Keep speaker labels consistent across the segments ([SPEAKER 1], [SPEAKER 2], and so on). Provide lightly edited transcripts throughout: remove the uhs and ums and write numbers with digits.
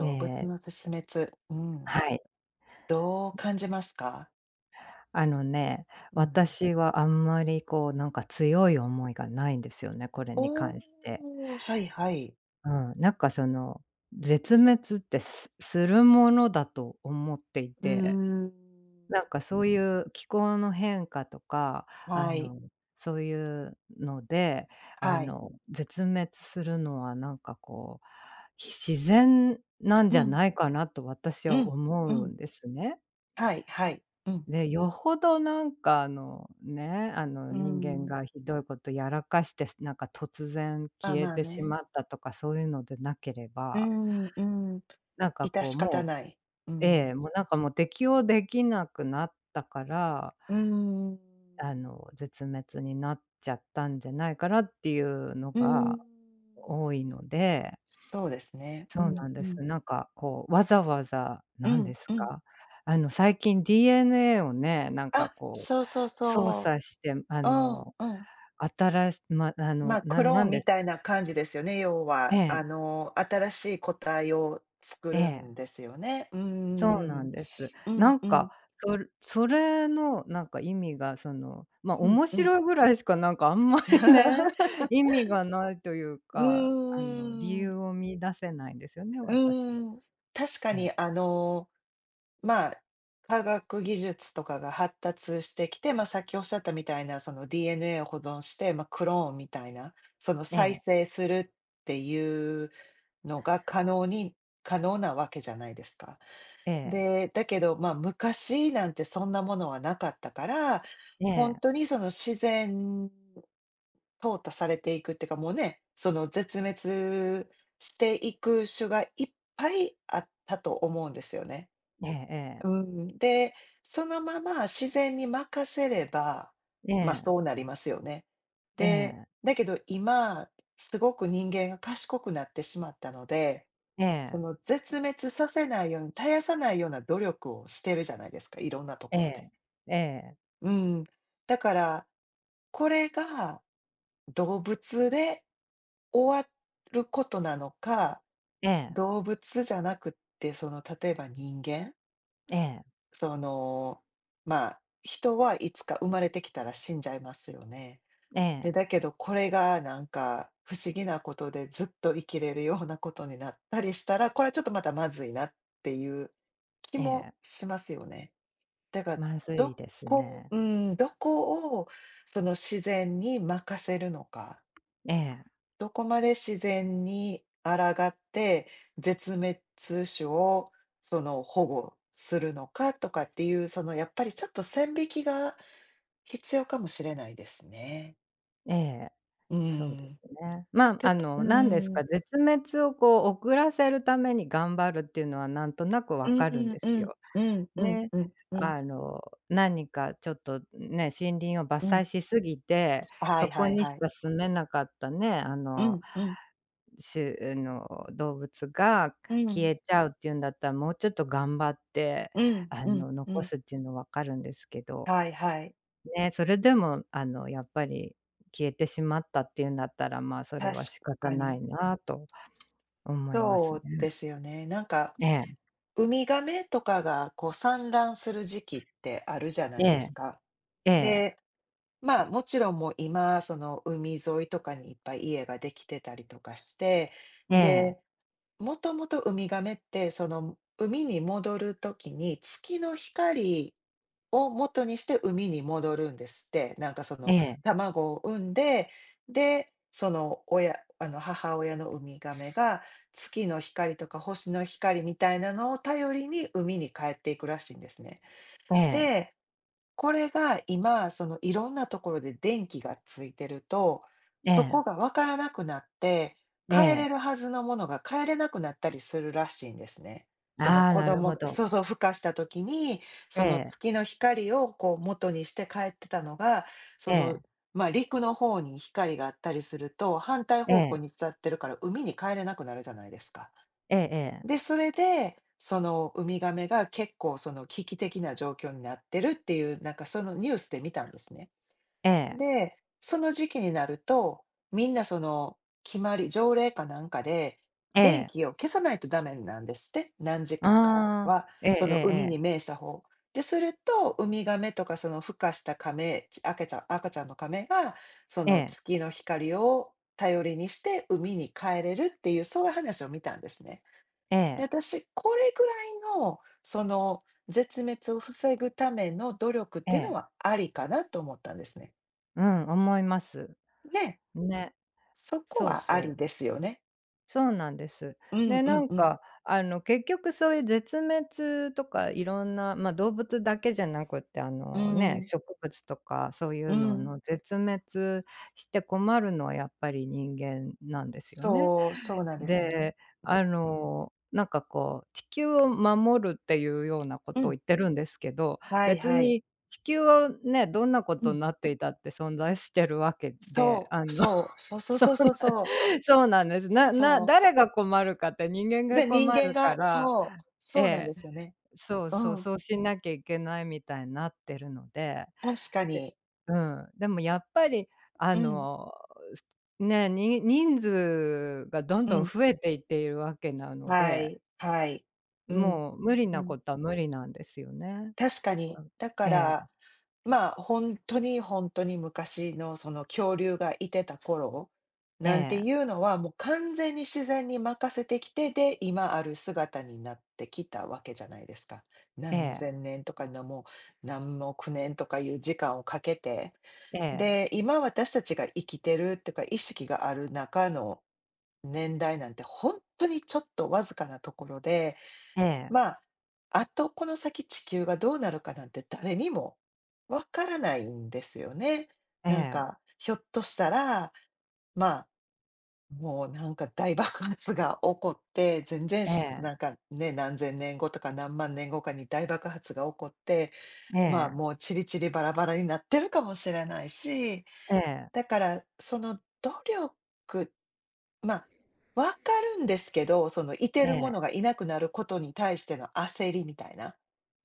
[SPEAKER 1] え
[SPEAKER 2] 物
[SPEAKER 1] え、
[SPEAKER 2] の絶滅、うん、
[SPEAKER 1] はい。
[SPEAKER 2] どう感じますか？
[SPEAKER 1] あのね、
[SPEAKER 2] うん。
[SPEAKER 1] 私はあんまりこうなんか強い思いがないんですよね、これに
[SPEAKER 2] お
[SPEAKER 1] 関して。
[SPEAKER 2] お、はいはい。
[SPEAKER 1] うん、なんかその絶滅って、すするものだと思ってい
[SPEAKER 2] う
[SPEAKER 1] て、
[SPEAKER 2] ーん。
[SPEAKER 1] なんかそういう気候の変化とか、あ
[SPEAKER 2] はい、
[SPEAKER 1] の、そういうので、
[SPEAKER 2] はい。
[SPEAKER 1] 絶滅するのはなんかこう、自然なん
[SPEAKER 2] う
[SPEAKER 1] じゃ
[SPEAKER 2] ん、
[SPEAKER 1] ないかなと私
[SPEAKER 2] う
[SPEAKER 1] は
[SPEAKER 2] ん、
[SPEAKER 1] 思
[SPEAKER 2] う
[SPEAKER 1] う
[SPEAKER 2] ん。
[SPEAKER 1] んですね。
[SPEAKER 2] はいはい。うん、
[SPEAKER 1] ね、よほどなんかね、
[SPEAKER 2] うー
[SPEAKER 1] 人間
[SPEAKER 2] ん。
[SPEAKER 1] がひどいことやらかして、なんか突然
[SPEAKER 2] あ、
[SPEAKER 1] 消え
[SPEAKER 2] まあ
[SPEAKER 1] てし
[SPEAKER 2] ね。
[SPEAKER 1] まったとかそういうのでなけれ
[SPEAKER 2] うー
[SPEAKER 1] ば、
[SPEAKER 2] ん、うん。
[SPEAKER 1] なんか
[SPEAKER 2] 致
[SPEAKER 1] こ
[SPEAKER 2] し
[SPEAKER 1] うも
[SPEAKER 2] 方
[SPEAKER 1] う
[SPEAKER 2] ない。う
[SPEAKER 1] え
[SPEAKER 2] ん。
[SPEAKER 1] え、もうなんかもう適応できなくなったから、
[SPEAKER 2] うーん。
[SPEAKER 1] 絶滅になっちゃったんじゃないかなっていうの
[SPEAKER 2] うーん。
[SPEAKER 1] が多いので
[SPEAKER 2] そうですね。う
[SPEAKER 1] そう
[SPEAKER 2] ん、
[SPEAKER 1] なん
[SPEAKER 2] う
[SPEAKER 1] です。
[SPEAKER 2] ん。
[SPEAKER 1] なんかこう、わざわざ
[SPEAKER 2] う
[SPEAKER 1] なん
[SPEAKER 2] ん、
[SPEAKER 1] です
[SPEAKER 2] うん。
[SPEAKER 1] か、最近 DNA をね、なんか
[SPEAKER 2] あ、
[SPEAKER 1] こう
[SPEAKER 2] そうそう
[SPEAKER 1] 操
[SPEAKER 2] そ
[SPEAKER 1] 作して、
[SPEAKER 2] う。うん、うん。
[SPEAKER 1] あたらしま、
[SPEAKER 2] まあ、
[SPEAKER 1] な
[SPEAKER 2] クロー
[SPEAKER 1] な
[SPEAKER 2] ン
[SPEAKER 1] んで
[SPEAKER 2] み
[SPEAKER 1] す
[SPEAKER 2] たいな感じですよね、要
[SPEAKER 1] え
[SPEAKER 2] は。
[SPEAKER 1] え、
[SPEAKER 2] 新しい個体を作
[SPEAKER 1] え
[SPEAKER 2] る
[SPEAKER 1] え、
[SPEAKER 2] んですよね。うー
[SPEAKER 1] そうなん
[SPEAKER 2] ん。
[SPEAKER 1] です。
[SPEAKER 2] う
[SPEAKER 1] な
[SPEAKER 2] ん
[SPEAKER 1] ん
[SPEAKER 2] う
[SPEAKER 1] か、
[SPEAKER 2] ん。
[SPEAKER 1] それのなんか意味がその、ま、
[SPEAKER 2] うん
[SPEAKER 1] 面
[SPEAKER 2] うん。
[SPEAKER 1] 白いぐらいしかなんかあんまりね、意 味がないという
[SPEAKER 2] う
[SPEAKER 1] か、あの理
[SPEAKER 2] ーん。
[SPEAKER 1] 由を見出せないんですよね、
[SPEAKER 2] う
[SPEAKER 1] 私は。
[SPEAKER 2] ーん。確か
[SPEAKER 1] ええ、
[SPEAKER 2] に、まあ、科学技術とかが発達してきて、まあ、さっきおっしゃったみたいな、その DNA を保存して、まあ、クローンみたいな、その
[SPEAKER 1] え
[SPEAKER 2] 再
[SPEAKER 1] え、
[SPEAKER 2] 生するっていうのが可能なわけじゃないですか。
[SPEAKER 1] ええ、
[SPEAKER 2] で、だけど、まあ、昔なんてそんなものはなかったから、
[SPEAKER 1] え
[SPEAKER 2] 本
[SPEAKER 1] え、
[SPEAKER 2] 当にその自然淘汰されていくっていうか、もうね、その絶滅していく種がいっぱいあったと思うんですよね。
[SPEAKER 1] え
[SPEAKER 2] う
[SPEAKER 1] え
[SPEAKER 2] ん、で、そのまま自然に任せれば、
[SPEAKER 1] ええ、
[SPEAKER 2] ま、
[SPEAKER 1] え
[SPEAKER 2] そ
[SPEAKER 1] え。
[SPEAKER 2] うなりますよね。
[SPEAKER 1] え
[SPEAKER 2] で、
[SPEAKER 1] え、
[SPEAKER 2] だけど今、すごく人間が賢くなってしまったので
[SPEAKER 1] え
[SPEAKER 2] そ
[SPEAKER 1] え、
[SPEAKER 2] の絶滅させないように、絶やさないような努力をしてるじゃないですか、いろんなと
[SPEAKER 1] え
[SPEAKER 2] ころで。
[SPEAKER 1] え、ええ、
[SPEAKER 2] うん。だから、これが動物で終わることなのか、
[SPEAKER 1] ええ、
[SPEAKER 2] 動物じゃなくって、その例えば人間、
[SPEAKER 1] ええ、
[SPEAKER 2] その、まあ、人はいつか生まれてきたら死んじゃいますよね。
[SPEAKER 1] え
[SPEAKER 2] で
[SPEAKER 1] え、
[SPEAKER 2] だけど、これがなんか不思議なことでずっと生きれるようなことになったりしたら、これはちょっとまたまずいなっていう気
[SPEAKER 1] え
[SPEAKER 2] も
[SPEAKER 1] え、
[SPEAKER 2] しますよね。だから、
[SPEAKER 1] まず
[SPEAKER 2] ど
[SPEAKER 1] いです
[SPEAKER 2] こ
[SPEAKER 1] ね。
[SPEAKER 2] うどこをその自然に任せるのか、
[SPEAKER 1] ええ、
[SPEAKER 2] どこまで自然に抗って絶滅種をその保護するのかとかっていう、そのやっぱりちょっと線引きが必要かもしれないですね。
[SPEAKER 1] ええ、
[SPEAKER 2] う
[SPEAKER 1] そうで
[SPEAKER 2] ん。
[SPEAKER 1] すね。ま、
[SPEAKER 2] たとう
[SPEAKER 1] なんです
[SPEAKER 2] ーん、
[SPEAKER 1] か、絶滅をこう遅らせるために頑張るっていうのはなんとなく
[SPEAKER 2] う
[SPEAKER 1] わ
[SPEAKER 2] ん
[SPEAKER 1] かるん
[SPEAKER 2] うん
[SPEAKER 1] で
[SPEAKER 2] う
[SPEAKER 1] す
[SPEAKER 2] ん
[SPEAKER 1] よ。
[SPEAKER 2] うんう
[SPEAKER 1] ね。
[SPEAKER 2] んうん
[SPEAKER 1] あの、何かちょっとね、森林を
[SPEAKER 2] う
[SPEAKER 1] 伐採
[SPEAKER 2] ん。
[SPEAKER 1] しすぎて、
[SPEAKER 2] は
[SPEAKER 1] そ
[SPEAKER 2] い
[SPEAKER 1] こ
[SPEAKER 2] はい
[SPEAKER 1] に
[SPEAKER 2] は
[SPEAKER 1] し
[SPEAKER 2] い。
[SPEAKER 1] か住めなかったね、あ
[SPEAKER 2] う
[SPEAKER 1] の
[SPEAKER 2] んうん
[SPEAKER 1] 種の動物が
[SPEAKER 2] う
[SPEAKER 1] 消
[SPEAKER 2] ん
[SPEAKER 1] えちゃうっていうんだったら、もうちょっと頑張って、
[SPEAKER 2] うんうんう
[SPEAKER 1] 残
[SPEAKER 2] ん。
[SPEAKER 1] すっていうの分かるんですけど、
[SPEAKER 2] はいはい。
[SPEAKER 1] ね、それでも、やっぱり消えてしまったっていうんだったら、まあ、それは
[SPEAKER 2] 確
[SPEAKER 1] 仕方
[SPEAKER 2] か
[SPEAKER 1] な
[SPEAKER 2] に。
[SPEAKER 1] いなと思います
[SPEAKER 2] そ
[SPEAKER 1] ね。
[SPEAKER 2] うですよね。なんか、
[SPEAKER 1] ええ、
[SPEAKER 2] ウミガメとかがこう産卵する時期ってあるじゃな
[SPEAKER 1] え
[SPEAKER 2] いです
[SPEAKER 1] え、
[SPEAKER 2] か。
[SPEAKER 1] ええ、
[SPEAKER 2] で、まあ、もちろんもう今、その海沿いとかにいっぱい家ができてたりとかして、
[SPEAKER 1] ええ、
[SPEAKER 2] で、もともとウミガメって、その、海に戻るときに、月の光を元にして海に戻るんですって。なんかそ
[SPEAKER 1] え
[SPEAKER 2] の、
[SPEAKER 1] え、
[SPEAKER 2] 卵を産んで、で、その親あの、母親のウミガメが、月の光とか星の光みたいなのを頼りに海に帰っていくらしいんですね。
[SPEAKER 1] ええ、
[SPEAKER 2] でこれが今、そのいろんなところで電気がついてると、
[SPEAKER 1] え
[SPEAKER 2] そこ
[SPEAKER 1] え、
[SPEAKER 2] がわからなくなって、
[SPEAKER 1] え
[SPEAKER 2] 帰れ
[SPEAKER 1] え、
[SPEAKER 2] るはずのものが帰れなくなったりするらしいんですね。その
[SPEAKER 1] ああ、
[SPEAKER 2] 子
[SPEAKER 1] なるほ
[SPEAKER 2] 供
[SPEAKER 1] ど。
[SPEAKER 2] そうそう、孵化した時に、
[SPEAKER 1] え
[SPEAKER 2] その
[SPEAKER 1] え、
[SPEAKER 2] 月の光をこう元にして帰ってたのが、そ
[SPEAKER 1] え
[SPEAKER 2] の、
[SPEAKER 1] え、
[SPEAKER 2] ま、陸の方に光があったりすると、反対
[SPEAKER 1] え
[SPEAKER 2] 方向
[SPEAKER 1] え、
[SPEAKER 2] に伝ってるから海に帰れなくなるじゃないですか。
[SPEAKER 1] ええええ、
[SPEAKER 2] で、それで、そのウミガメが結構その危機的な状況になってるっていう、なんかそのニュースで見たんですね。
[SPEAKER 1] ええ、
[SPEAKER 2] で、その時期になると、みんなその決まり、条例かなんかで、
[SPEAKER 1] え
[SPEAKER 2] 電
[SPEAKER 1] え、
[SPEAKER 2] 気を消さないとダメなんですって、何時間からか
[SPEAKER 1] ああ、
[SPEAKER 2] は、
[SPEAKER 1] ええ
[SPEAKER 2] その海
[SPEAKER 1] え
[SPEAKER 2] に
[SPEAKER 1] え
[SPEAKER 2] 面した方。で、すると、ウミガメとかその孵化したカメ、ち赤ちゃん、赤ちゃんのカメが、そ
[SPEAKER 1] え
[SPEAKER 2] の
[SPEAKER 1] え、
[SPEAKER 2] 月の光を頼りにして海に帰れるっていう、そういう話を見たんですね。
[SPEAKER 1] ええ、ええ、ええええああなるほどええええええええええええええああええええええええ
[SPEAKER 2] で、
[SPEAKER 1] ええ
[SPEAKER 2] 私、これぐらいの、その、絶滅を防ぐための努力っていう
[SPEAKER 1] え
[SPEAKER 2] のはありかなと思ったんですね。
[SPEAKER 1] うん、思います。
[SPEAKER 2] ね、
[SPEAKER 1] ね。
[SPEAKER 2] そこ
[SPEAKER 1] そう
[SPEAKER 2] はあ
[SPEAKER 1] そ
[SPEAKER 2] り
[SPEAKER 1] う。
[SPEAKER 2] ですよね。
[SPEAKER 1] そうなんです。
[SPEAKER 2] うん
[SPEAKER 1] で、
[SPEAKER 2] う
[SPEAKER 1] な
[SPEAKER 2] ん
[SPEAKER 1] ん
[SPEAKER 2] うん。
[SPEAKER 1] か、結局そういう絶滅とかいろんな、まあ、動物だけじゃなくて、
[SPEAKER 2] う
[SPEAKER 1] ね、
[SPEAKER 2] ん、
[SPEAKER 1] 植物とかそうい
[SPEAKER 2] う
[SPEAKER 1] うの
[SPEAKER 2] ん。
[SPEAKER 1] の絶滅して困るのはやっぱり人間なんですよね。
[SPEAKER 2] そう、そうなんですよね。
[SPEAKER 1] で、なんかこう、地球を守るっていうようなこ
[SPEAKER 2] う
[SPEAKER 1] とを
[SPEAKER 2] ん、
[SPEAKER 1] 言ってるんですけど、
[SPEAKER 2] はい
[SPEAKER 1] 別
[SPEAKER 2] はい。
[SPEAKER 1] に地球をね、どんなこ
[SPEAKER 2] う
[SPEAKER 1] と
[SPEAKER 2] ん。
[SPEAKER 1] になっていたって存在してるわけで、
[SPEAKER 2] そ
[SPEAKER 1] あ
[SPEAKER 2] う、
[SPEAKER 1] の
[SPEAKER 2] そう、そうそう
[SPEAKER 1] そう
[SPEAKER 2] そ
[SPEAKER 1] な
[SPEAKER 2] うそう そう。
[SPEAKER 1] そうなんです。
[SPEAKER 2] そう。
[SPEAKER 1] 誰が困るかって人間が
[SPEAKER 2] で、人
[SPEAKER 1] 困
[SPEAKER 2] 間
[SPEAKER 1] るか
[SPEAKER 2] が
[SPEAKER 1] ら、
[SPEAKER 2] そう、
[SPEAKER 1] え
[SPEAKER 2] そうなんで
[SPEAKER 1] え、
[SPEAKER 2] すよね。
[SPEAKER 1] そう
[SPEAKER 2] う
[SPEAKER 1] そう、
[SPEAKER 2] ん。
[SPEAKER 1] そうしなきゃいけないみたいになってるので、
[SPEAKER 2] 確か
[SPEAKER 1] で
[SPEAKER 2] に。
[SPEAKER 1] うん、でもやっぱりあ
[SPEAKER 2] うん、
[SPEAKER 1] の、すね、に人数がどん
[SPEAKER 2] う
[SPEAKER 1] どん
[SPEAKER 2] ん。
[SPEAKER 1] 増えていっているわけなの
[SPEAKER 2] は
[SPEAKER 1] で、
[SPEAKER 2] い、はい。うん。
[SPEAKER 1] もう無理
[SPEAKER 2] う
[SPEAKER 1] な
[SPEAKER 2] ん。
[SPEAKER 1] ことは無理なんですよね。
[SPEAKER 2] 確かに。
[SPEAKER 1] うん。
[SPEAKER 2] だか
[SPEAKER 1] え
[SPEAKER 2] ら、
[SPEAKER 1] え、
[SPEAKER 2] まあ、本当に本当に昔のその恐竜がいてた頃
[SPEAKER 1] え
[SPEAKER 2] なんてい
[SPEAKER 1] え、
[SPEAKER 2] うのは、もう完全に自然に任せてきて、で、今ある姿になってきたわけじゃないですか。
[SPEAKER 1] え
[SPEAKER 2] 何
[SPEAKER 1] え、
[SPEAKER 2] 千年とか、もう何億年とかいう時間をかけて。
[SPEAKER 1] ええ、
[SPEAKER 2] で、今私たちが生きてるっていうか、意識がある中の年代なんて、本当にちょっとわずかなところで、
[SPEAKER 1] ええ、
[SPEAKER 2] まあ、あとこの先地球がどうなるかなんて誰にもわからないんですよね。
[SPEAKER 1] え
[SPEAKER 2] なん
[SPEAKER 1] え、
[SPEAKER 2] か、ひょっとしたら、まあ、もうなんか大爆発が起こって、全然
[SPEAKER 1] え
[SPEAKER 2] し
[SPEAKER 1] え、
[SPEAKER 2] なんかね、何千年後とか何万年後かに大爆発が起こって、
[SPEAKER 1] え
[SPEAKER 2] まあ
[SPEAKER 1] え、
[SPEAKER 2] もうチリチリバラバラになってるかもしれないし、
[SPEAKER 1] ええ、
[SPEAKER 2] だからその努力、まあ、わかるんですけど、そのいて
[SPEAKER 1] え
[SPEAKER 2] るも
[SPEAKER 1] え、
[SPEAKER 2] のがいなくなることに対しての焦りみたいな。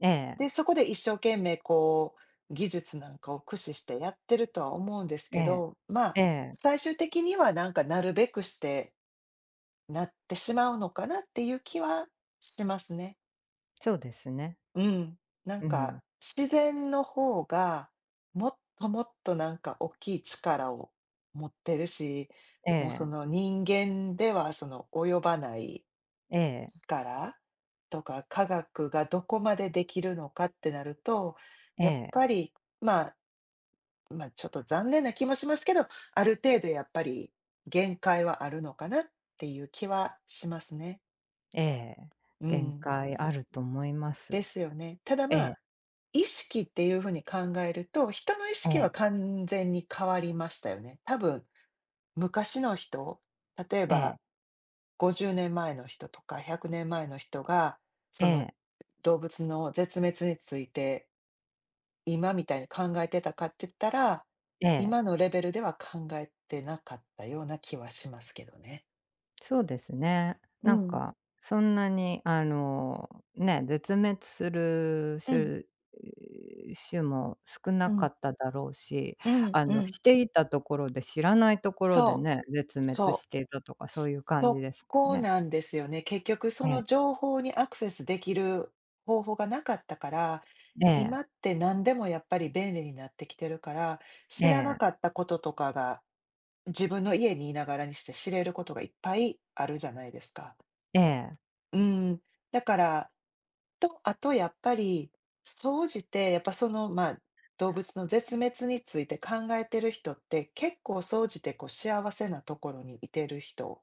[SPEAKER 1] ええ、
[SPEAKER 2] で、そこで一生懸命こう、技術なんかを駆使してやってるとは思うんですけど、ま
[SPEAKER 1] え
[SPEAKER 2] あ、
[SPEAKER 1] え、ええ。
[SPEAKER 2] 最終的にはなんかなるべくしてなってしまうのかなっていう気はしますね。
[SPEAKER 1] そうですね。
[SPEAKER 2] うん。なん
[SPEAKER 1] う
[SPEAKER 2] か
[SPEAKER 1] ん。
[SPEAKER 2] 自然の方がもっともっとなんか大きい力を持ってるし、
[SPEAKER 1] え
[SPEAKER 2] もうそ
[SPEAKER 1] え、
[SPEAKER 2] の人間ではその及ばない
[SPEAKER 1] ええ、
[SPEAKER 2] 力とか科学がどこまでできるのかってなると、
[SPEAKER 1] え
[SPEAKER 2] やっ
[SPEAKER 1] え、
[SPEAKER 2] ぱり、まあ、まあ、ちょっと残念な気もしますけど、ある程度やっぱり限界はあるのかなっていう気はしますね。
[SPEAKER 1] ええ。
[SPEAKER 2] う
[SPEAKER 1] 限
[SPEAKER 2] ん、
[SPEAKER 1] 界あると思いま
[SPEAKER 2] で
[SPEAKER 1] す。
[SPEAKER 2] すよね。ただ、
[SPEAKER 1] え
[SPEAKER 2] ま
[SPEAKER 1] え、
[SPEAKER 2] あ、意識っていうふうに考えると、人の意
[SPEAKER 1] え
[SPEAKER 2] 識は
[SPEAKER 1] え、
[SPEAKER 2] 完全に変わりましたよね。多分昔の人、例え
[SPEAKER 1] え
[SPEAKER 2] ば
[SPEAKER 1] え、
[SPEAKER 2] 50年前の人とか100年前の人が、
[SPEAKER 1] え
[SPEAKER 2] その
[SPEAKER 1] え、
[SPEAKER 2] 動物の絶滅について、今みたいに考えてたかって言ったら、
[SPEAKER 1] ええ。
[SPEAKER 2] 今のレベルでは考えてなかったような気はしますけどね。
[SPEAKER 1] そうですね。
[SPEAKER 2] う
[SPEAKER 1] なん
[SPEAKER 2] ん、
[SPEAKER 1] か、そんなにね、絶滅する
[SPEAKER 2] うん、
[SPEAKER 1] 種も少な
[SPEAKER 2] う
[SPEAKER 1] か
[SPEAKER 2] ん、
[SPEAKER 1] っただろうし、
[SPEAKER 2] うん、うん。
[SPEAKER 1] していたところで知らないところで
[SPEAKER 2] そう、
[SPEAKER 1] ね、絶滅
[SPEAKER 2] そ
[SPEAKER 1] し
[SPEAKER 2] う。
[SPEAKER 1] ていたとかそういう感じ
[SPEAKER 2] そ
[SPEAKER 1] です
[SPEAKER 2] こ
[SPEAKER 1] ね。
[SPEAKER 2] なんですよね。結局そ
[SPEAKER 1] え
[SPEAKER 2] の
[SPEAKER 1] え、
[SPEAKER 2] 情報にアクセスできる方法がなかったから、
[SPEAKER 1] え
[SPEAKER 2] 今
[SPEAKER 1] え、
[SPEAKER 2] って何でもやっぱり便利になってきてるから、
[SPEAKER 1] え
[SPEAKER 2] 知らな
[SPEAKER 1] え、
[SPEAKER 2] かったこととかが自分の家にいながらにして知れることがいっぱいあるじゃないですか。
[SPEAKER 1] ええ、
[SPEAKER 2] うん。だから、あとやっぱり、総じてやっぱその、まあ、動物の絶滅について考えてる人って、結構総じてこう幸せなところにいてる人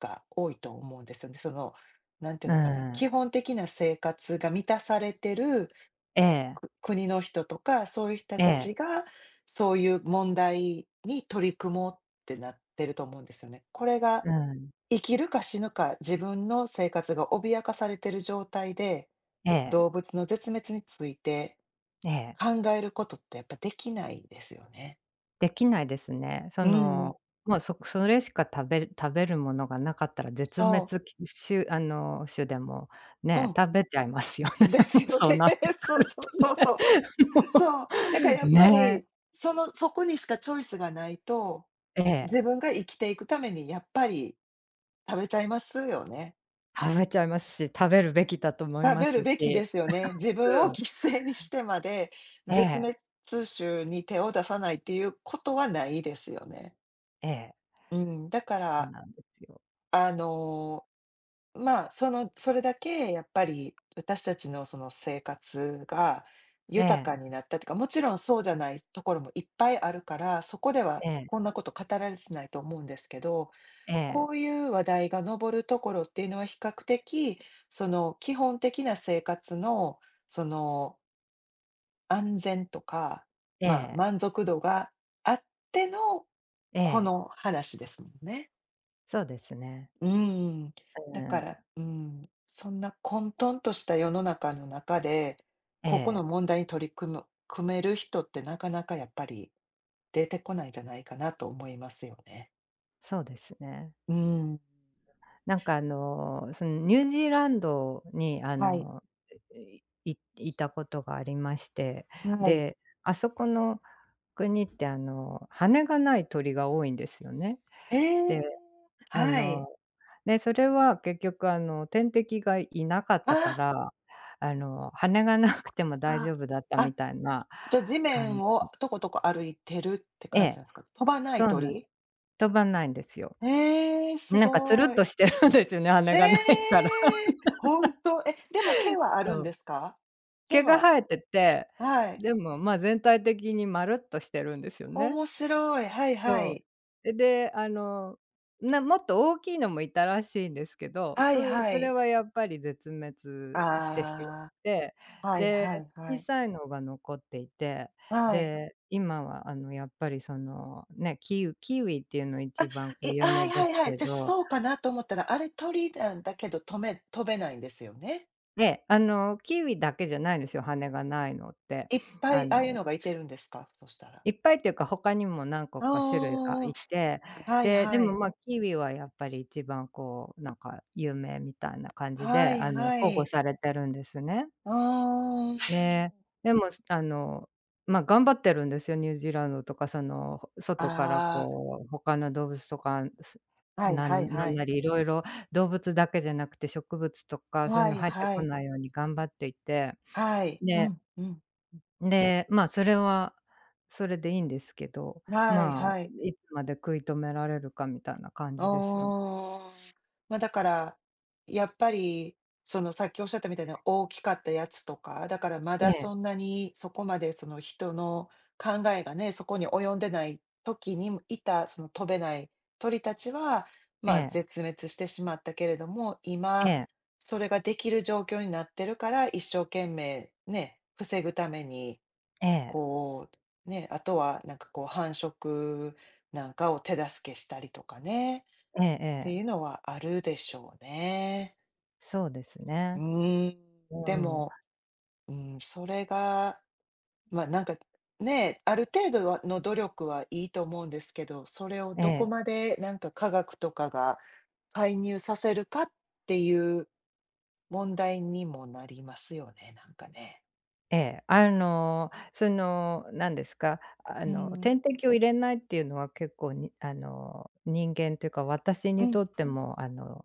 [SPEAKER 2] が多いと思うんですよね。その、なんていう
[SPEAKER 1] う
[SPEAKER 2] のかな、基
[SPEAKER 1] ん、
[SPEAKER 2] 本的な生活が満たされてる
[SPEAKER 1] ええ。
[SPEAKER 2] 国の人とか、そういう人
[SPEAKER 1] え
[SPEAKER 2] た
[SPEAKER 1] え、
[SPEAKER 2] ちが、そういう問題に取り組もうってなってると思うんですよね。これが
[SPEAKER 1] うん、
[SPEAKER 2] 生きるか死ぬか、自分の生活が脅かされてる状態で、
[SPEAKER 1] ええ、
[SPEAKER 2] 動物の絶滅について
[SPEAKER 1] ええ。
[SPEAKER 2] 考えることってやっぱできないですよね。
[SPEAKER 1] できないですね。そ
[SPEAKER 2] う
[SPEAKER 1] の、
[SPEAKER 2] ん。
[SPEAKER 1] もう、それしか食べるものがなかったら
[SPEAKER 2] そ
[SPEAKER 1] 絶滅
[SPEAKER 2] う。
[SPEAKER 1] きしゅ種でも、
[SPEAKER 2] う
[SPEAKER 1] ね、
[SPEAKER 2] ん。
[SPEAKER 1] 食べちゃいますよね。
[SPEAKER 2] で す
[SPEAKER 1] もう
[SPEAKER 2] よ
[SPEAKER 1] そう
[SPEAKER 2] ね。
[SPEAKER 1] なって く
[SPEAKER 2] そう
[SPEAKER 1] る
[SPEAKER 2] そうそう
[SPEAKER 1] と
[SPEAKER 2] そ
[SPEAKER 1] ね。
[SPEAKER 2] う。
[SPEAKER 1] も
[SPEAKER 2] そう。だからや
[SPEAKER 1] う、
[SPEAKER 2] っぱり、
[SPEAKER 1] ね、
[SPEAKER 2] その、そこにしかチョイスがないと、
[SPEAKER 1] ええ、
[SPEAKER 2] 自分が生きていくためにやっぱり食べちゃいますよね。
[SPEAKER 1] 食べちゃいますし、食べるべきだと思い
[SPEAKER 2] 食
[SPEAKER 1] ま
[SPEAKER 2] べる
[SPEAKER 1] す
[SPEAKER 2] べきで
[SPEAKER 1] し、
[SPEAKER 2] すよね。自分
[SPEAKER 1] う
[SPEAKER 2] を
[SPEAKER 1] ん、
[SPEAKER 2] 犠牲にしてまで、
[SPEAKER 1] え
[SPEAKER 2] 絶
[SPEAKER 1] え、
[SPEAKER 2] 滅種に手を出さないっていうことはないですよね。
[SPEAKER 1] ええ、
[SPEAKER 2] うん、だか
[SPEAKER 1] そう
[SPEAKER 2] ら、
[SPEAKER 1] なんですよ。
[SPEAKER 2] あの、それだけやっぱり私たちのその生活が
[SPEAKER 1] え
[SPEAKER 2] 豊か
[SPEAKER 1] え、
[SPEAKER 2] になったというか、もちろんそうじゃないところもいっぱいあるから、そこでは
[SPEAKER 1] ええ、
[SPEAKER 2] こんなこと語られてないと思うんですけど、
[SPEAKER 1] え
[SPEAKER 2] こ
[SPEAKER 1] え、
[SPEAKER 2] ういう話題が上るところっていうのは比較的、その基本的な生活の、その安全とか、
[SPEAKER 1] え
[SPEAKER 2] まあ、
[SPEAKER 1] え、
[SPEAKER 2] 満足度があっての、
[SPEAKER 1] え
[SPEAKER 2] こ
[SPEAKER 1] え、
[SPEAKER 2] の話ですもんね。
[SPEAKER 1] そうですね。
[SPEAKER 2] うーん。
[SPEAKER 1] う
[SPEAKER 2] だか
[SPEAKER 1] ん、
[SPEAKER 2] ら、うん、そんな混沌とした世の中の中で、
[SPEAKER 1] え
[SPEAKER 2] ここの
[SPEAKER 1] え、
[SPEAKER 2] 問題に取り組む組める人ってなかなかやっぱり出てこないんじゃないかなと思いますよね。
[SPEAKER 1] そうですね。
[SPEAKER 2] うん。
[SPEAKER 1] なんかそのニュージーランドに
[SPEAKER 2] はい、
[SPEAKER 1] いたことがありまして、
[SPEAKER 2] はい。
[SPEAKER 1] で、あそこの国って羽がない鳥が多いんですよね。
[SPEAKER 2] ええ、
[SPEAKER 1] で、あ
[SPEAKER 2] はい。
[SPEAKER 1] の、で、それは結局天敵がいなかったか
[SPEAKER 2] あ
[SPEAKER 1] ら、羽
[SPEAKER 2] あ、
[SPEAKER 1] が
[SPEAKER 2] そ
[SPEAKER 1] な
[SPEAKER 2] ういう
[SPEAKER 1] く
[SPEAKER 2] こと
[SPEAKER 1] ても大
[SPEAKER 2] か。
[SPEAKER 1] 丈夫だった
[SPEAKER 2] あ、
[SPEAKER 1] みたいな
[SPEAKER 2] じゃ、地面
[SPEAKER 1] 感じ
[SPEAKER 2] をとことこ歩いてるって
[SPEAKER 1] え
[SPEAKER 2] 感じ
[SPEAKER 1] え、
[SPEAKER 2] なんですか？飛ばな
[SPEAKER 1] そ
[SPEAKER 2] い
[SPEAKER 1] うなん
[SPEAKER 2] 鳥？
[SPEAKER 1] 飛ばないんですよ。
[SPEAKER 2] ええ、す
[SPEAKER 1] なんかつる
[SPEAKER 2] ご
[SPEAKER 1] っ
[SPEAKER 2] い。
[SPEAKER 1] としてるんですよね、
[SPEAKER 2] え
[SPEAKER 1] 羽がないから。
[SPEAKER 2] え、ほんと。え、でも毛はあ
[SPEAKER 1] そ
[SPEAKER 2] るん
[SPEAKER 1] う。
[SPEAKER 2] ですか？毛
[SPEAKER 1] 毛が
[SPEAKER 2] は
[SPEAKER 1] 生えてて、
[SPEAKER 2] はい。
[SPEAKER 1] でも、まあ、全体的にまるっとしてるんですよね。
[SPEAKER 2] 面白い。はいは
[SPEAKER 1] そ
[SPEAKER 2] い。
[SPEAKER 1] う。え、で、もっと大きいのもいたらしいんですけど、
[SPEAKER 2] はい
[SPEAKER 1] そ
[SPEAKER 2] は
[SPEAKER 1] それ
[SPEAKER 2] い。
[SPEAKER 1] はやっぱり絶滅してしまっ
[SPEAKER 2] あ
[SPEAKER 1] て、
[SPEAKER 2] あ、はい
[SPEAKER 1] で、
[SPEAKER 2] はいは
[SPEAKER 1] 小
[SPEAKER 2] い。
[SPEAKER 1] さいのが残っていて、
[SPEAKER 2] はい。
[SPEAKER 1] で、今はやっぱりその、ね、キウイっていうの一番こう
[SPEAKER 2] え、
[SPEAKER 1] 有
[SPEAKER 2] は
[SPEAKER 1] 名
[SPEAKER 2] い
[SPEAKER 1] で
[SPEAKER 2] は
[SPEAKER 1] す
[SPEAKER 2] いはい。
[SPEAKER 1] け
[SPEAKER 2] で、
[SPEAKER 1] ど、
[SPEAKER 2] そうかなと思ったら、あれ鳥なんだけど、とめ飛べないんですよね？
[SPEAKER 1] えあの、キウイだけじゃないんですよ、羽がないのって。
[SPEAKER 2] いっぱ
[SPEAKER 1] あ
[SPEAKER 2] い、ああいう
[SPEAKER 1] の
[SPEAKER 2] のがいてるんですか？そしたら。
[SPEAKER 1] いっぱいっていうか、他にも何個
[SPEAKER 2] あ
[SPEAKER 1] か種類がい
[SPEAKER 2] あ、
[SPEAKER 1] て、で、でも、ま、キウイはやっぱり一番こう、なんか有名みたいな感じで、保護されてるんですね。で、でも、すあの、ま、頑張ってるんですよ、ニュージーランドとか、その、外からこう、他の動物とか、す
[SPEAKER 2] はい
[SPEAKER 1] な
[SPEAKER 2] はいはい
[SPEAKER 1] んな
[SPEAKER 2] は
[SPEAKER 1] ん
[SPEAKER 2] い。
[SPEAKER 1] なり色々動物だけじゃなくて、植物と
[SPEAKER 2] ああ
[SPEAKER 1] か
[SPEAKER 2] ああ
[SPEAKER 1] そういう
[SPEAKER 2] は
[SPEAKER 1] の
[SPEAKER 2] いはいはい。はい
[SPEAKER 1] 入って
[SPEAKER 2] は
[SPEAKER 1] こ
[SPEAKER 2] い。
[SPEAKER 1] ないように頑張っていて、
[SPEAKER 2] はいう
[SPEAKER 1] で
[SPEAKER 2] ん、うん。
[SPEAKER 1] で、まあ、それはそれでいいんですけど、
[SPEAKER 2] はい
[SPEAKER 1] まあ、
[SPEAKER 2] はい。
[SPEAKER 1] いつまで食い止められるかみたいな感じですよ。
[SPEAKER 2] ああ。ま、だから、やっぱり、その、さっきおっしゃったみたいな大きかったやつとか、だからま
[SPEAKER 1] え
[SPEAKER 2] だ
[SPEAKER 1] え、
[SPEAKER 2] そんなに、そこまで、その、人の考えがね、そこに及んでない時にいた、その、飛べない鳥たちは、
[SPEAKER 1] え
[SPEAKER 2] まあ、
[SPEAKER 1] え、
[SPEAKER 2] 絶滅してしまったけれども、
[SPEAKER 1] え
[SPEAKER 2] 今、
[SPEAKER 1] え、
[SPEAKER 2] それができる状況になってるから、一生懸命ね、防ぐために、
[SPEAKER 1] ええ、
[SPEAKER 2] こう、ね、あとは、なんか、こう、繁殖なんかを手助けしたりとかね。
[SPEAKER 1] ええ
[SPEAKER 2] って
[SPEAKER 1] ええ、
[SPEAKER 2] いうのはあるでしょうね。
[SPEAKER 1] そうです
[SPEAKER 2] う
[SPEAKER 1] ね。
[SPEAKER 2] ーん、で
[SPEAKER 1] うん、
[SPEAKER 2] も、うん、それが、ま、あなんか、ね、ある程度はの努力はいいと思うんですけど、それを
[SPEAKER 1] え
[SPEAKER 2] どこ
[SPEAKER 1] え。
[SPEAKER 2] までなんか科学とかが介入させるかっていう問題にもなりますよね、なんかね。
[SPEAKER 1] ええ、何ですか、
[SPEAKER 2] うん、
[SPEAKER 1] 点滴を入れないっていうのは結構に人間というか、私
[SPEAKER 2] う
[SPEAKER 1] に
[SPEAKER 2] ん、
[SPEAKER 1] とっても、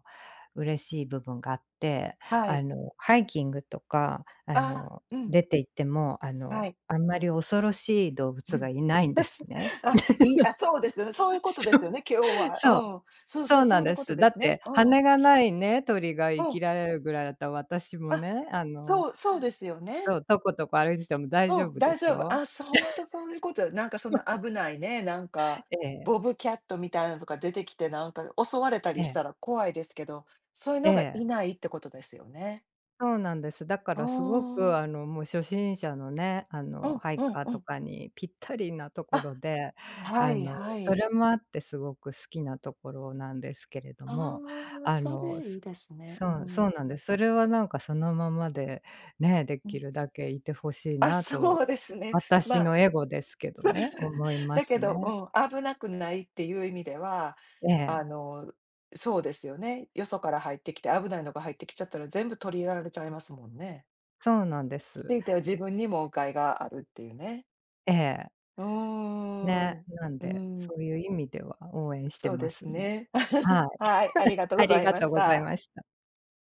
[SPEAKER 1] 嬉しい部分があって、
[SPEAKER 2] はい。
[SPEAKER 1] ハイキングとか、
[SPEAKER 2] ああ、うん、
[SPEAKER 1] 出て行っても、
[SPEAKER 2] はい。
[SPEAKER 1] あんまり恐ろしい動物がい ないんですね。
[SPEAKER 2] あ、いいそうですよね、そういうことですよね、今日 は。
[SPEAKER 1] そう、
[SPEAKER 2] うん。そうそ
[SPEAKER 1] そ
[SPEAKER 2] う、
[SPEAKER 1] うな
[SPEAKER 2] そ
[SPEAKER 1] ん
[SPEAKER 2] ういう
[SPEAKER 1] で
[SPEAKER 2] こと
[SPEAKER 1] す。
[SPEAKER 2] で
[SPEAKER 1] だ
[SPEAKER 2] す
[SPEAKER 1] って
[SPEAKER 2] ね。うん、
[SPEAKER 1] 羽がないね、鳥が
[SPEAKER 2] う
[SPEAKER 1] 生き
[SPEAKER 2] ん。
[SPEAKER 1] られるぐらいだったら、私も
[SPEAKER 2] あ、
[SPEAKER 1] ね、
[SPEAKER 2] そうですよ
[SPEAKER 1] そ
[SPEAKER 2] ね。
[SPEAKER 1] う、とことこ歩いてても大
[SPEAKER 2] う
[SPEAKER 1] 丈
[SPEAKER 2] ん、
[SPEAKER 1] 夫で
[SPEAKER 2] 大
[SPEAKER 1] し
[SPEAKER 2] 丈夫。
[SPEAKER 1] ょ。
[SPEAKER 2] あ、そう、ほんとそういうことなんかそんな危ないね、なんか、
[SPEAKER 1] ええ、
[SPEAKER 2] ボブキャットみたいなのとか出てきて、なんか襲われた
[SPEAKER 1] え
[SPEAKER 2] りし
[SPEAKER 1] え、
[SPEAKER 2] たら怖いですけど、そういう
[SPEAKER 1] え
[SPEAKER 2] のが
[SPEAKER 1] え。
[SPEAKER 2] いないってことですよね。
[SPEAKER 1] そうなんです。だか
[SPEAKER 2] あ
[SPEAKER 1] らすごく、
[SPEAKER 2] あ、
[SPEAKER 1] もう初心者のね、
[SPEAKER 2] うん
[SPEAKER 1] ハイ
[SPEAKER 2] うん
[SPEAKER 1] カー
[SPEAKER 2] う
[SPEAKER 1] と
[SPEAKER 2] ん。
[SPEAKER 1] かにぴったりなところ
[SPEAKER 2] あ、
[SPEAKER 1] で、
[SPEAKER 2] は
[SPEAKER 1] あ
[SPEAKER 2] い
[SPEAKER 1] の、
[SPEAKER 2] は
[SPEAKER 1] そ
[SPEAKER 2] い。
[SPEAKER 1] れもあってすごく好きなところなんですけれど
[SPEAKER 2] あ
[SPEAKER 1] も、
[SPEAKER 2] あ、
[SPEAKER 1] あ
[SPEAKER 2] そ
[SPEAKER 1] の、
[SPEAKER 2] れいい
[SPEAKER 1] す
[SPEAKER 2] ですね。
[SPEAKER 1] そ
[SPEAKER 2] う
[SPEAKER 1] うそ
[SPEAKER 2] ん、
[SPEAKER 1] うなんです。それはなんかそのままで、ね、で
[SPEAKER 2] う
[SPEAKER 1] き
[SPEAKER 2] ん。
[SPEAKER 1] るだけいてほしい
[SPEAKER 2] あ、
[SPEAKER 1] なと、
[SPEAKER 2] そうですね。ま
[SPEAKER 1] 私
[SPEAKER 2] あ
[SPEAKER 1] のエゴですけど
[SPEAKER 2] そう
[SPEAKER 1] ね、思いま
[SPEAKER 2] だけ
[SPEAKER 1] すね。
[SPEAKER 2] ど、うん、危なくないっていう意味では、
[SPEAKER 1] え
[SPEAKER 2] あ
[SPEAKER 1] え、
[SPEAKER 2] の、そうですよね。よそから入ってきて、危ないのが入ってきちゃったら全部取り入れられちゃいますもんね。
[SPEAKER 1] そうなんです。
[SPEAKER 2] 強いては自分にも誤解があるっていうね。
[SPEAKER 1] ええ、
[SPEAKER 2] うー
[SPEAKER 1] ね、
[SPEAKER 2] ん。
[SPEAKER 1] なん
[SPEAKER 2] う
[SPEAKER 1] で、
[SPEAKER 2] ん、
[SPEAKER 1] そういう意味では応援して
[SPEAKER 2] そうで
[SPEAKER 1] ま
[SPEAKER 2] す
[SPEAKER 1] すね。
[SPEAKER 2] ね。
[SPEAKER 1] は い。
[SPEAKER 2] はい、ありがとうご
[SPEAKER 1] あり
[SPEAKER 2] ざい
[SPEAKER 1] が
[SPEAKER 2] ま
[SPEAKER 1] とう
[SPEAKER 2] し
[SPEAKER 1] ござい
[SPEAKER 2] た。
[SPEAKER 1] ました。